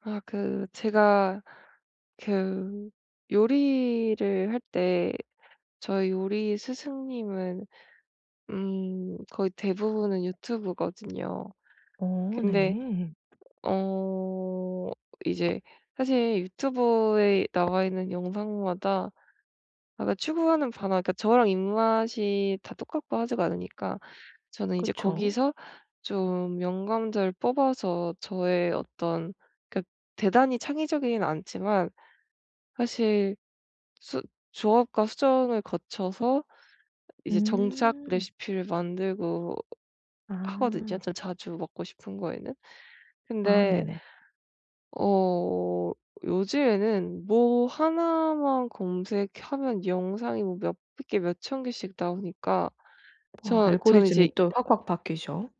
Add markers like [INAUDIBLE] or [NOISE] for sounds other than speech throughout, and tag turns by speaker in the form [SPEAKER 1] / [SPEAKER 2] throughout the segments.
[SPEAKER 1] 제가 그 요리를 할 때 저희 요리 스승님은 거의 대부분은 유튜브거든요.
[SPEAKER 2] 어
[SPEAKER 1] 근데
[SPEAKER 2] 네.
[SPEAKER 1] 어 이제 사실, 유튜브에 나와 있는 영상마다 아까 추구하는 바나, 그러니까 저랑 입맛이 다 똑같고 하지가 않으니까 저는 이제
[SPEAKER 2] 그쵸.
[SPEAKER 1] 거기서 좀 영감자를 뽑아서 저의 어떤, 그러니까 대단히 창의적이진 않지만, 사실 수 조합과 수정을 거쳐서 이제 정착
[SPEAKER 2] 음.
[SPEAKER 1] 레시피를 만들고 하거든요,
[SPEAKER 2] 아.
[SPEAKER 1] 전 자주 먹고 싶은 거에는.
[SPEAKER 2] 아
[SPEAKER 1] 근데
[SPEAKER 2] 네네.
[SPEAKER 1] 어 요즘에는 뭐 하나만 검색하면 영상이 뭐 몇 개 몇 천 개씩 나오니까
[SPEAKER 2] 어
[SPEAKER 1] 저는 이제.
[SPEAKER 2] 알고리즘이 또 확확 바뀌죠.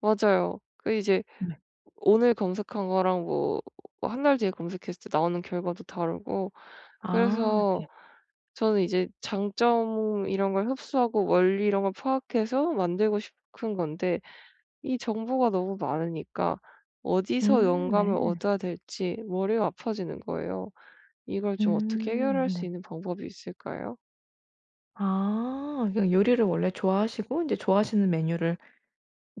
[SPEAKER 1] 맞아요. 그 이제
[SPEAKER 2] 네.
[SPEAKER 1] 오늘 검색한 거랑 뭐 뭐 한달 뒤에 검색했을 때 나오는 결과도 다르고,
[SPEAKER 2] 아
[SPEAKER 1] 그래서
[SPEAKER 2] 네.
[SPEAKER 1] 저는 이제 장점 이런 걸 흡수하고 원리 이런 걸 파악해서 만들고 싶은 건데, 이 정보가 너무 많으니까 어디서 영감을
[SPEAKER 2] 네.
[SPEAKER 1] 얻어야 될지 머리가 아파지는 거예요. 이걸 좀 어떻게 해결할 수
[SPEAKER 2] 네.
[SPEAKER 1] 있는 방법이 있을까요?
[SPEAKER 2] 아 그러니까 요리를 원래 좋아하시고 이제 좋아하시는 메뉴를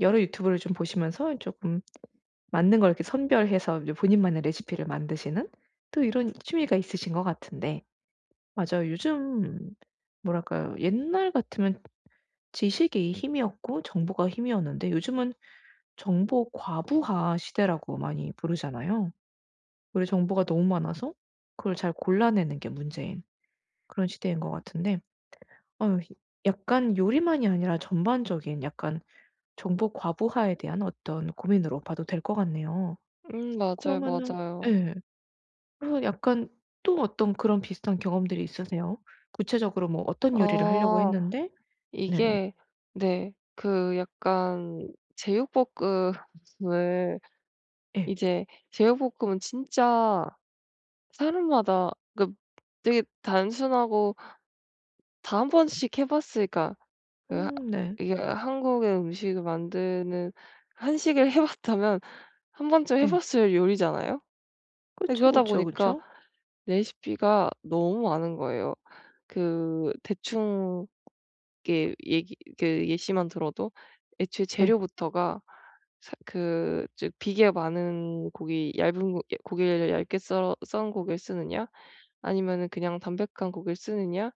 [SPEAKER 2] 여러 유튜브를 좀 보시면서 조금 맞는 걸 이렇게 선별해서 이제 본인만의 레시피를 만드시는 또 이런 취미가 있으신 것 같은데. 맞아요. 요즘 뭐랄까요? 옛날 같으면 지식이 힘이었고 정보가 힘이었는데, 요즘은 정보 과부하 시대라고 많이 부르잖아요. 우리 정보가 너무 많아서 그걸 잘 골라내는 게 문제인, 그런 시대인 것 같은데 어 약간 요리만이 아니라 전반적인 약간 정보 과부하에 대한 어떤 고민으로 봐도 될 것 같네요.
[SPEAKER 1] 맞아요,
[SPEAKER 2] 그러면은,
[SPEAKER 1] 맞아요.
[SPEAKER 2] 예. 그래서 약간 또 어떤 그런 비슷한 경험들이 있으세요? 구체적으로 뭐 어떤 요리를 하려고
[SPEAKER 1] 아
[SPEAKER 2] 했는데. 네네.
[SPEAKER 1] 이게, 네. 그 약간 제육볶음을,
[SPEAKER 2] 예.
[SPEAKER 1] 이제 제육볶음은 진짜 사람마다, 그 되게 단순하고 다 한 번씩 해 봤으니까, 그 하
[SPEAKER 2] 네.
[SPEAKER 1] 이게 한국의 음식을 만드는, 한식을 [LAUGHS] 해 봤다면 한 번쯤 해
[SPEAKER 2] 예.
[SPEAKER 1] 봤을 요리잖아요. 근데
[SPEAKER 2] 그쵸,
[SPEAKER 1] 그러다
[SPEAKER 2] 그쵸,
[SPEAKER 1] 보니까
[SPEAKER 2] 그쵸.
[SPEAKER 1] 레시피가 너무 많은 거예요. 그 대충 이게 얘기, 그 예시만 들어도 애초에
[SPEAKER 2] 예.
[SPEAKER 1] 재료부터가, 사 그 즉, 비계 많은 고기, 얇은 고 예, 고기를 얇게 썰어 썬 고기를 쓰느냐, 아니면은 그냥 담백한 고기를 쓰느냐,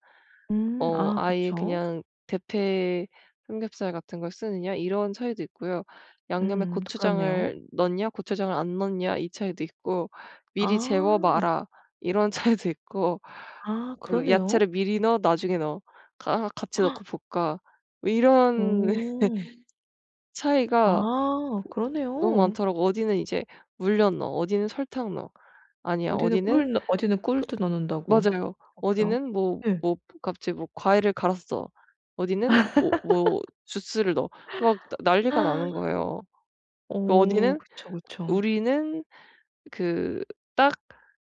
[SPEAKER 2] 아
[SPEAKER 1] 아예
[SPEAKER 2] 그쵸.
[SPEAKER 1] 그냥 대패 삼겹살 같은 걸 쓰느냐, 이런 차이도 있고요. 양념에
[SPEAKER 2] 그렇네요.
[SPEAKER 1] 고추장을 넣냐 고추장을 안 넣냐, 이 차이도 있고, 미리 재워
[SPEAKER 2] 아.
[SPEAKER 1] 마라, 이런 [LAUGHS] 차이도 있고,
[SPEAKER 2] 아
[SPEAKER 1] 그
[SPEAKER 2] 그러네요.
[SPEAKER 1] 야채를 미리 넣어 나중에 넣어, 가 같이 넣고 볶아, 뭐 이런 [LAUGHS]
[SPEAKER 2] 어.
[SPEAKER 1] 차이가
[SPEAKER 2] 아
[SPEAKER 1] 너무
[SPEAKER 2] 그러네요.
[SPEAKER 1] 많더라고요. 어디는 이제 물엿 넣어, 어디는 설탕 넣어, 아니야,
[SPEAKER 2] 어디는
[SPEAKER 1] 어디는,
[SPEAKER 2] 꿀 넣 어디는 꿀도 넣는다고.
[SPEAKER 1] 맞아요.
[SPEAKER 2] 그렇고요.
[SPEAKER 1] 어디는 뭐
[SPEAKER 2] 예.
[SPEAKER 1] 뭐 갑자기 뭐 과일을 갈았어. 어디는 오 뭐 주스를 넣어. 막 나 난리가 나는 거예요. 그
[SPEAKER 2] 어
[SPEAKER 1] 어디는
[SPEAKER 2] 그쵸, 그쵸.
[SPEAKER 1] "우리는 그 딱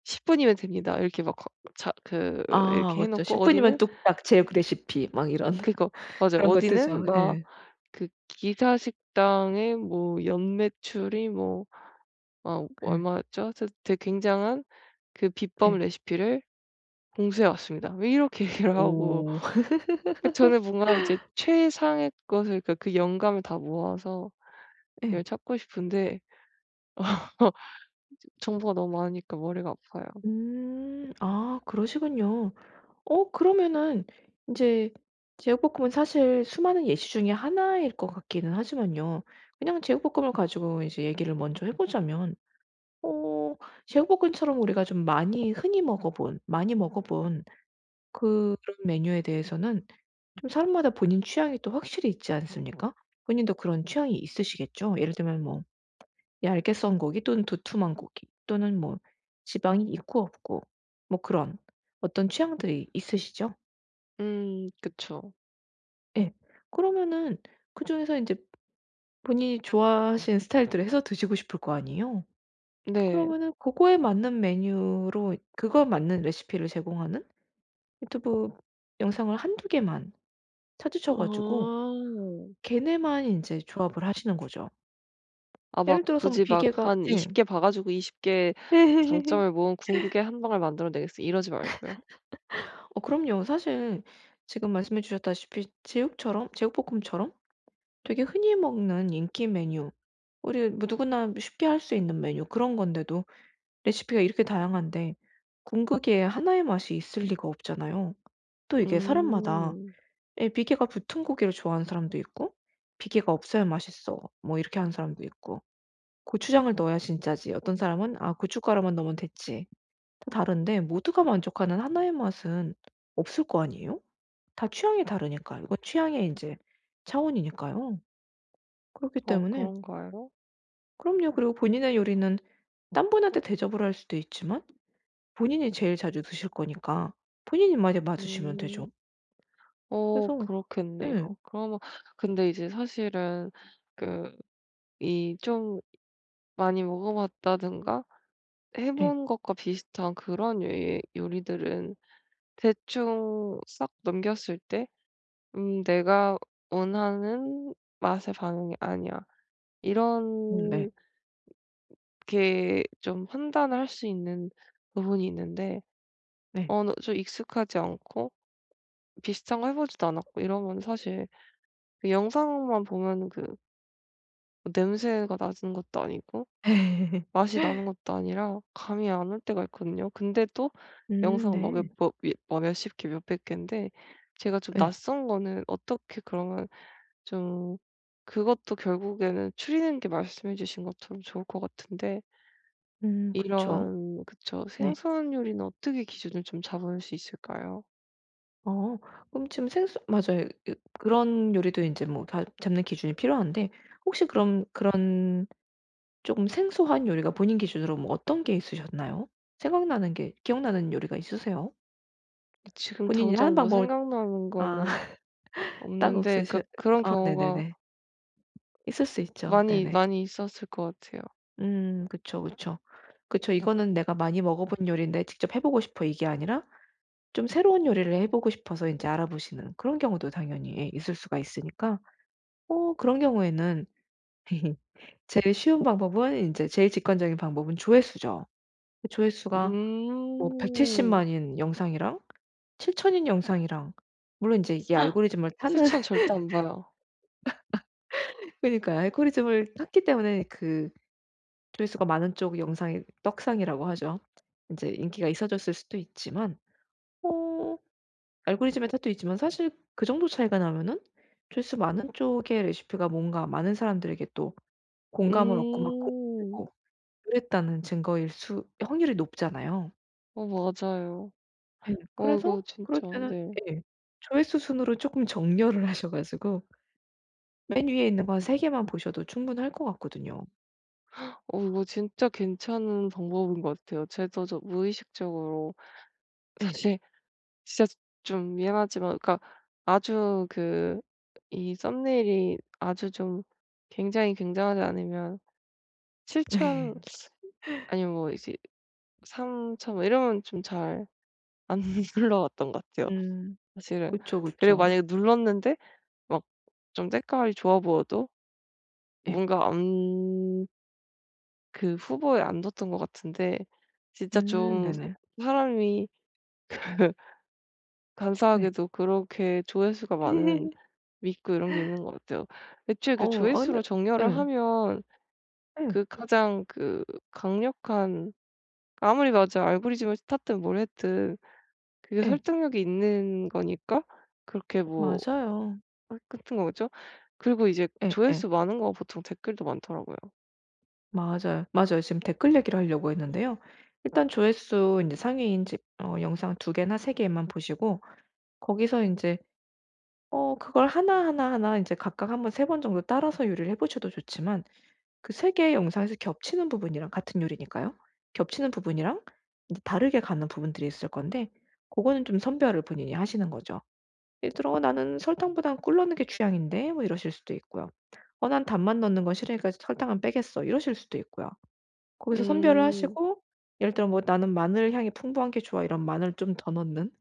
[SPEAKER 1] 10분 분이면 됩니다." 이렇게 막 거 자 그
[SPEAKER 2] 아
[SPEAKER 1] 이렇게 해
[SPEAKER 2] 그쵸.
[SPEAKER 1] 놓고,
[SPEAKER 2] 10 분이면
[SPEAKER 1] 어디는
[SPEAKER 2] 뚝딱 제육 레시피 막 이런 [LAUGHS]
[SPEAKER 1] 그거, 맞아요.
[SPEAKER 2] 그런 거 뜨죠.
[SPEAKER 1] 어디는 막
[SPEAKER 2] 예.
[SPEAKER 1] 그 기사 식당의 뭐 연매출이 뭐 막
[SPEAKER 2] 예.
[SPEAKER 1] 얼마였죠? 되게 굉장한 그
[SPEAKER 2] 예.
[SPEAKER 1] 비법 레시피를 공수해 왔습니다, 왜 이렇게 [LAUGHS] 얘기를 하고.
[SPEAKER 2] 오.
[SPEAKER 1] 그 저는 뭔가 이제 최상의 것을, 그러니까 그 영감을 다 모아서
[SPEAKER 2] 예.
[SPEAKER 1] 이걸 찾고 싶은데,
[SPEAKER 2] 네.
[SPEAKER 1] [LAUGHS] 정보가 너무 많으니까 머리가 아파요.
[SPEAKER 2] 음. 아 그러시군요. 어 그러면은 이제 제육볶음은 사실 수많은 예시 중에 하나일 것 같기는 하지만요. 그냥 제육볶음을 가지고 이제 얘기를 먼저 해 보자면 어 제육볶음처럼 우리가 좀 많이 흔히 먹어 본 많이 먹어 본 그런 메뉴에 대해서는 좀 사람마다 본인 취향이 또 확실히 있지 않습니까? 본인도 그런 취향이 있으시겠죠? 예를 들면 뭐 얇게 썬 고기 또는 두툼한 고기 또는 뭐 지방이 있고 없고 뭐 그런 어떤 취향들이 있으시죠?
[SPEAKER 1] 음, 그쵸.
[SPEAKER 2] 예. 그러면은 그중에서 인제 본인이 좋아하시는 스타일대로 해서 드시고 싶을 거 아니에요.
[SPEAKER 1] 네.
[SPEAKER 2] 그러면은 고거에 맞는 메뉴로, 그거에 맞는 레시피를 제공하는 유튜브 영상을 한 두 개만 찾으셔 가지고
[SPEAKER 1] 아.
[SPEAKER 2] 걔네만 인제 조합을 하시는 거죠.
[SPEAKER 1] 아,
[SPEAKER 2] 예를
[SPEAKER 1] 막
[SPEAKER 2] 들어서 뭐
[SPEAKER 1] 굳이 막
[SPEAKER 2] 비계가,
[SPEAKER 1] 한
[SPEAKER 2] 예.
[SPEAKER 1] 20개 봐 가지고 20개
[SPEAKER 2] [LAUGHS]
[SPEAKER 1] 장점을 모은 궁극의 한 방을 만들어 내겠어 이러지 말고요.
[SPEAKER 2] 어 그럼요. 사실 지금 말씀해 주셨다시피 제육처럼 제육볶음처럼 되게 흔히 먹는 인기 메뉴, 우리 뭐 누구나 쉽게 할 수 있는 메뉴 그런 건데도 레시피가 이렇게 다양한데 궁극이에 하나의 맛이 있을 리가 없잖아요. 또 이게 사람마다
[SPEAKER 1] 음.
[SPEAKER 2] 에, 비계가 붙은 고기를 좋아하는 사람도 있고 "비계가 없어야 맛있어." 뭐 이렇게 하는 사람도 있고, "고추장을 넣어야 진짜지." 어떤 사람은 "아 고춧가루만 넣으면 됐지." 다 다른데 모두가 만족하는 하나의 맛은 없을 거 아니에요? 다 취향이 다르니까. 이건 취향의 이제 차원이니까요. 그렇기
[SPEAKER 1] 어,
[SPEAKER 2] 때문에
[SPEAKER 1] 그런가요?
[SPEAKER 2] 그럼요. 그리고 본인의 요리는 딴 분한테 대접을 할 수도 있지만 본인이 제일 자주 드실 거니까 본인 입맛에 맞으시면 되죠.
[SPEAKER 1] 음. 어,
[SPEAKER 2] 그래서,
[SPEAKER 1] 그렇겠네요.
[SPEAKER 2] 예.
[SPEAKER 1] 그러면, 근데 이제 사실은 그 이 좀 많이 먹어 봤다든가 해
[SPEAKER 2] 예.
[SPEAKER 1] 본 것과 비슷한 그런 요리들은 대충 싹 넘겼을 때 '음 내가 원하는 맛의 반응이 아니야.'
[SPEAKER 2] 네.
[SPEAKER 1] 이렇게 좀 판단을 할 수 있는 부분이 있는데,
[SPEAKER 2] 네.
[SPEAKER 1] 어 너 좀 익숙하지 않고 비슷한 거 해 보지도 않았고 이러면 사실, 그 영상만 보면은 그 냄새가 나는 것도 아니고
[SPEAKER 2] [LAUGHS]
[SPEAKER 1] 맛이 나는 것도 아니라 감이 안 올 때가 있거든요. 근데 또 영상 막 몇
[SPEAKER 2] 네.
[SPEAKER 1] 뭐 몇 뭐 몇십 개 몇백 개인데, 제가 좀
[SPEAKER 2] 예.
[SPEAKER 1] 낯선 거는 어떻게 그러면, 좀 그것도 결국에는 추리는 게 말씀해 주신 것처럼 좋을 것 같은데,
[SPEAKER 2] 그쵸.
[SPEAKER 1] 이런 그쵸.
[SPEAKER 2] 네.
[SPEAKER 1] 생선 요리는 어떻게 기준을 좀 잡을 수 있을까요?
[SPEAKER 2] 어 그럼 지금 생수 맞아요. 그 그런 요리도 인제 뭐 다 잡는 기준이 필요한데 혹시 그럼 그런 쪼금 생소한 요리가 본인 기준으로 뭐 어떤 게 있으셨나요? 생각나는 게 기억나는 요리가 있으세요?
[SPEAKER 1] 지금
[SPEAKER 2] 본인이 하는
[SPEAKER 1] 당장 뭐
[SPEAKER 2] 방법을,
[SPEAKER 1] 생각나는
[SPEAKER 2] 아
[SPEAKER 1] 거는
[SPEAKER 2] [LAUGHS] 딱
[SPEAKER 1] 없는데, 그러니까
[SPEAKER 2] 없으셔
[SPEAKER 1] 그런
[SPEAKER 2] 아
[SPEAKER 1] 경우가
[SPEAKER 2] 네네네. 있을 수 있죠.
[SPEAKER 1] 많이
[SPEAKER 2] 네네.
[SPEAKER 1] 많이 있었을 것 같아요.
[SPEAKER 2] 그쵸, 그쵸. 그쵸. 이거는 내가 많이 먹어 본 요리인데 직접 해 보고 싶어 이게 아니라 좀 새로운 요리를 해 보고 싶어서 이제 알아보시는 그런 경우도 당연히 예 있을 수가 있으니까 어 그런 경우에는 제일 쉬운 방법은, 이제 제일 직관적인 방법은 조회수죠. 그 조회수가 뭐 1 7 0
[SPEAKER 1] 음.
[SPEAKER 2] 만인 영상이랑 7천인 영상이랑 물론 이제 이게 알고리즘을 타는
[SPEAKER 1] 실천
[SPEAKER 2] [LAUGHS]
[SPEAKER 1] 절대 안 봐요.
[SPEAKER 2] 그니까 알고리즘을 탔기 때문에 그 조회수가 많은 쪽 영상이 떡상이라고 하죠. 이제 인기가 있어졌을 수도 있지만 어 알고리즘의 탓도 있지만 사실 그 정도 차이가 나면은 조회수 많은 쪽의 레시피가 뭔가 많은 사람들에게 또 공감을 얻고 막
[SPEAKER 1] 음.
[SPEAKER 2] 공유되고 그랬다는 증거일 수 확률이 높잖아요.
[SPEAKER 1] 어, 맞아요.
[SPEAKER 2] 예.
[SPEAKER 1] 어,
[SPEAKER 2] 그래서
[SPEAKER 1] 이거
[SPEAKER 2] 그럴
[SPEAKER 1] 진짜,
[SPEAKER 2] 때는,
[SPEAKER 1] 네.
[SPEAKER 2] 예. 조회수 순으로 쪼끔 정렬을 [LAUGHS] 하셔 가지고 맨 위에 있는 거 한 세 개만 보셔도 충분할 것 같거든요.
[SPEAKER 1] 어, 이거 진짜 괜찮은 방법인 것 같아요. 저도 무의식적으로,
[SPEAKER 2] 예.
[SPEAKER 1] 사실 [LAUGHS] 진짜 좀 미안하지만, 그러니까 아주 그 이 썸네일이 아주 좀 굉장히 굉장하지 않으면 7천,
[SPEAKER 2] [LAUGHS]
[SPEAKER 1] 아니면 뭐 이제 3천 뭐 이러면 좀 잘 안 [LAUGHS] 눌러왔던 것 같아요,
[SPEAKER 2] 음.
[SPEAKER 1] 사실은.
[SPEAKER 2] 그쵸,
[SPEAKER 1] 그리고
[SPEAKER 2] 그쵸.
[SPEAKER 1] 만약에 눌렀는데 막 좀 색깔이 좋아 보여도
[SPEAKER 2] 예.
[SPEAKER 1] 뭔가 안, 그 후보에 안 뒀던 것 같은데, 진짜 좀
[SPEAKER 2] 네네.
[SPEAKER 1] 사람이 [LAUGHS]
[SPEAKER 2] 네.
[SPEAKER 1] 간사하게도 그렇게 조회수가 많으면
[SPEAKER 2] [LAUGHS]
[SPEAKER 1] 믿고, 이런 게 있는 것 같아요. 애초에
[SPEAKER 2] 어
[SPEAKER 1] 그
[SPEAKER 2] 아 근데,
[SPEAKER 1] 조회수로 정렬을
[SPEAKER 2] 예.
[SPEAKER 1] 하면
[SPEAKER 2] 예.
[SPEAKER 1] 그 가장 그 강력한, 아무리 맞아 알고리즘을 탔든 뭘 했든 그게
[SPEAKER 2] 예.
[SPEAKER 1] 설득력이 있는 거니까, 그렇게 뭐
[SPEAKER 2] 맞아요.
[SPEAKER 1] 같은 거겠죠? 그리고 이제
[SPEAKER 2] 예예.
[SPEAKER 1] 조회수 많은 거 보통 댓글도 많더라고요.
[SPEAKER 2] 맞아요, 맞아요. 지금 댓글 얘기를 하려고 했는데요. 일단 조회수 인제 상위인 집 어 영상 두 개나 세 개만 보시고 거기서 인제 어 그걸 하나하나하나 인제 각각 한번 세 번 정도 따라서 요리를 해 보셔도 좋지만 그 세 개의 영상에서 겹치는 부분이랑, 같은 요리니까요. 겹치는 부분이랑 인제 다르게 가는 부분들이 있을 건데 고거는 좀 선별을 본인이 하시는 거죠. 예를 들어 '어 나는 설탕보단 꿀 넣는 게 취향인데.' 뭐 이러실 수도 있고요. '어 난 단맛 넣는 건 싫으니까 설탕은 빼겠어.' 이러실 수도 있고요. 거기서 선별을
[SPEAKER 1] 음.
[SPEAKER 2] 하시고 예를 들어 뭐 '나는 마늘 향이 풍부한 게 좋아.' 이런, 마늘 좀 더 넣는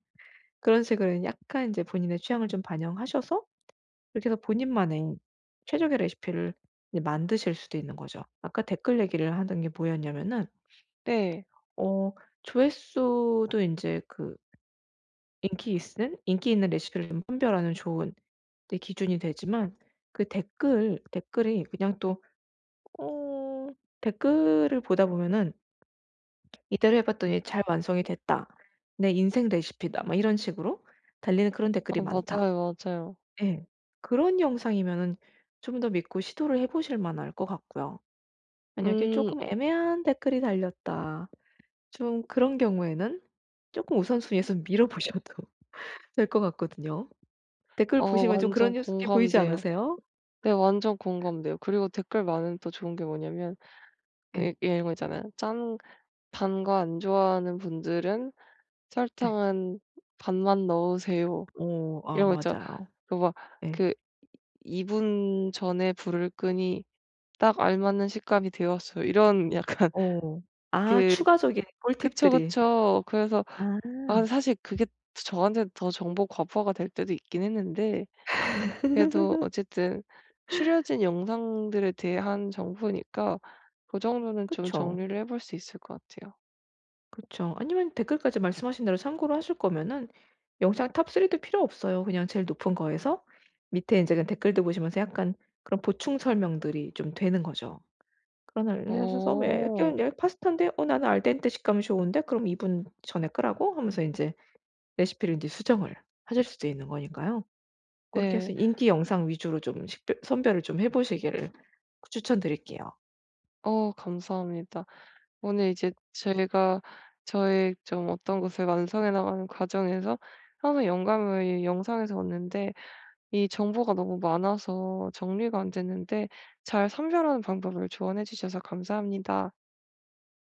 [SPEAKER 2] 그런 식으로 약간 이제 본인의 취향을 좀 반영하셔서 이렇게 해서 본인만의 최적의 레시피를 이제 만드실 수도 있는 거죠. 아까 댓글 얘기를 하던 게 뭐였냐면은
[SPEAKER 1] 네.
[SPEAKER 2] 어 조회수도 인제 그 인기 있는 레시피를 좀 선별하는 좋은 이제 기준이 되지만 그 댓글이 그냥 또 어 댓글을 보다 보면은 "이대로 해 봤더니 잘 완성이 됐다." "내 인생 레시피다." 막 이런 식으로 달리는 그런 댓글이
[SPEAKER 1] 어,
[SPEAKER 2] 많다.
[SPEAKER 1] 맞아요, 맞아요.
[SPEAKER 2] 예. 그런 영상이면은 좀 더 믿고 시도를 해 보실 만할 것 같고요. 만약에
[SPEAKER 1] 음.
[SPEAKER 2] 조금 애매한 댓글이 달렸다 좀 그런 경우에는 조금 우선순위에서 [LAUGHS] 밀어 보셔도 [LAUGHS] 될 것 같거든요. 댓글
[SPEAKER 1] 어,
[SPEAKER 2] 보시면 좀 그런
[SPEAKER 1] 완전
[SPEAKER 2] 뉴스게 보이지
[SPEAKER 1] 공감돼요.
[SPEAKER 2] 않으세요?
[SPEAKER 1] 네, 완전 공감돼요. 그리고 댓글 많은 또 좋은 게 뭐냐면,
[SPEAKER 2] 예.
[SPEAKER 1] 이 이런 거 있잖아요. 짠 단 거 안 좋아하는 분들은
[SPEAKER 2] 예.
[SPEAKER 1] "설탕은 반만 넣으세요."
[SPEAKER 2] 오 아
[SPEAKER 1] 이런 거 있죠.
[SPEAKER 2] 맞아요.
[SPEAKER 1] 그 막
[SPEAKER 2] 예.
[SPEAKER 1] 그 "2분 분 전에 불을 끄니 딱 알맞는 식감이 되었어요." 이런 약간
[SPEAKER 2] 오
[SPEAKER 1] [LAUGHS]
[SPEAKER 2] 아
[SPEAKER 1] 그
[SPEAKER 2] 추가적인
[SPEAKER 1] 그쵸,
[SPEAKER 2] 꿀팁들이.
[SPEAKER 1] 그쵸. 그래서
[SPEAKER 2] 아.
[SPEAKER 1] 아, 사실 그게 저한테는 더 정보 과부하가 될 때도 있긴 했는데, 그래도 어쨌든 추려진 영상들에 대한 정보니까 그 정도는 좀
[SPEAKER 2] 그쵸.
[SPEAKER 1] 정리를 해볼 수 있을 것 같아요.
[SPEAKER 2] 그렇죠. 아니면 댓글까지 말씀하신 대로 참고로 하실 거면은 영상 탑 3도 필요 없어요. 그냥 제일 높은 거에서 밑에 이제 그 댓글도 보시면서 약간 그런 보충 설명들이 좀 되는 거죠. 그런 걸 하셔서 왜
[SPEAKER 1] 오,
[SPEAKER 2] 약간, 야, 파스타인데 "어 나는 알덴테 식감이 좋은데 그럼 2분 전에 끄라고?" 하면서 이제 레시피를 이제 수정을 하실 수도 있는 거니까요. 그렇게
[SPEAKER 1] 네.
[SPEAKER 2] 해서 인기 영상 위주로 좀 식별 선별을 좀 해 보시기를 추천드릴게요.
[SPEAKER 1] 어, 감사합니다. 오늘 이제 희가 저의 좀 어떤 것을 완성해 나가는 과정에서 항상 영감을 영상에서 얻는데, 이 정보가 너무 많아서 정리가 안 됐는데 잘 선별하는 방법을 조언해 주셔서 감사합니다.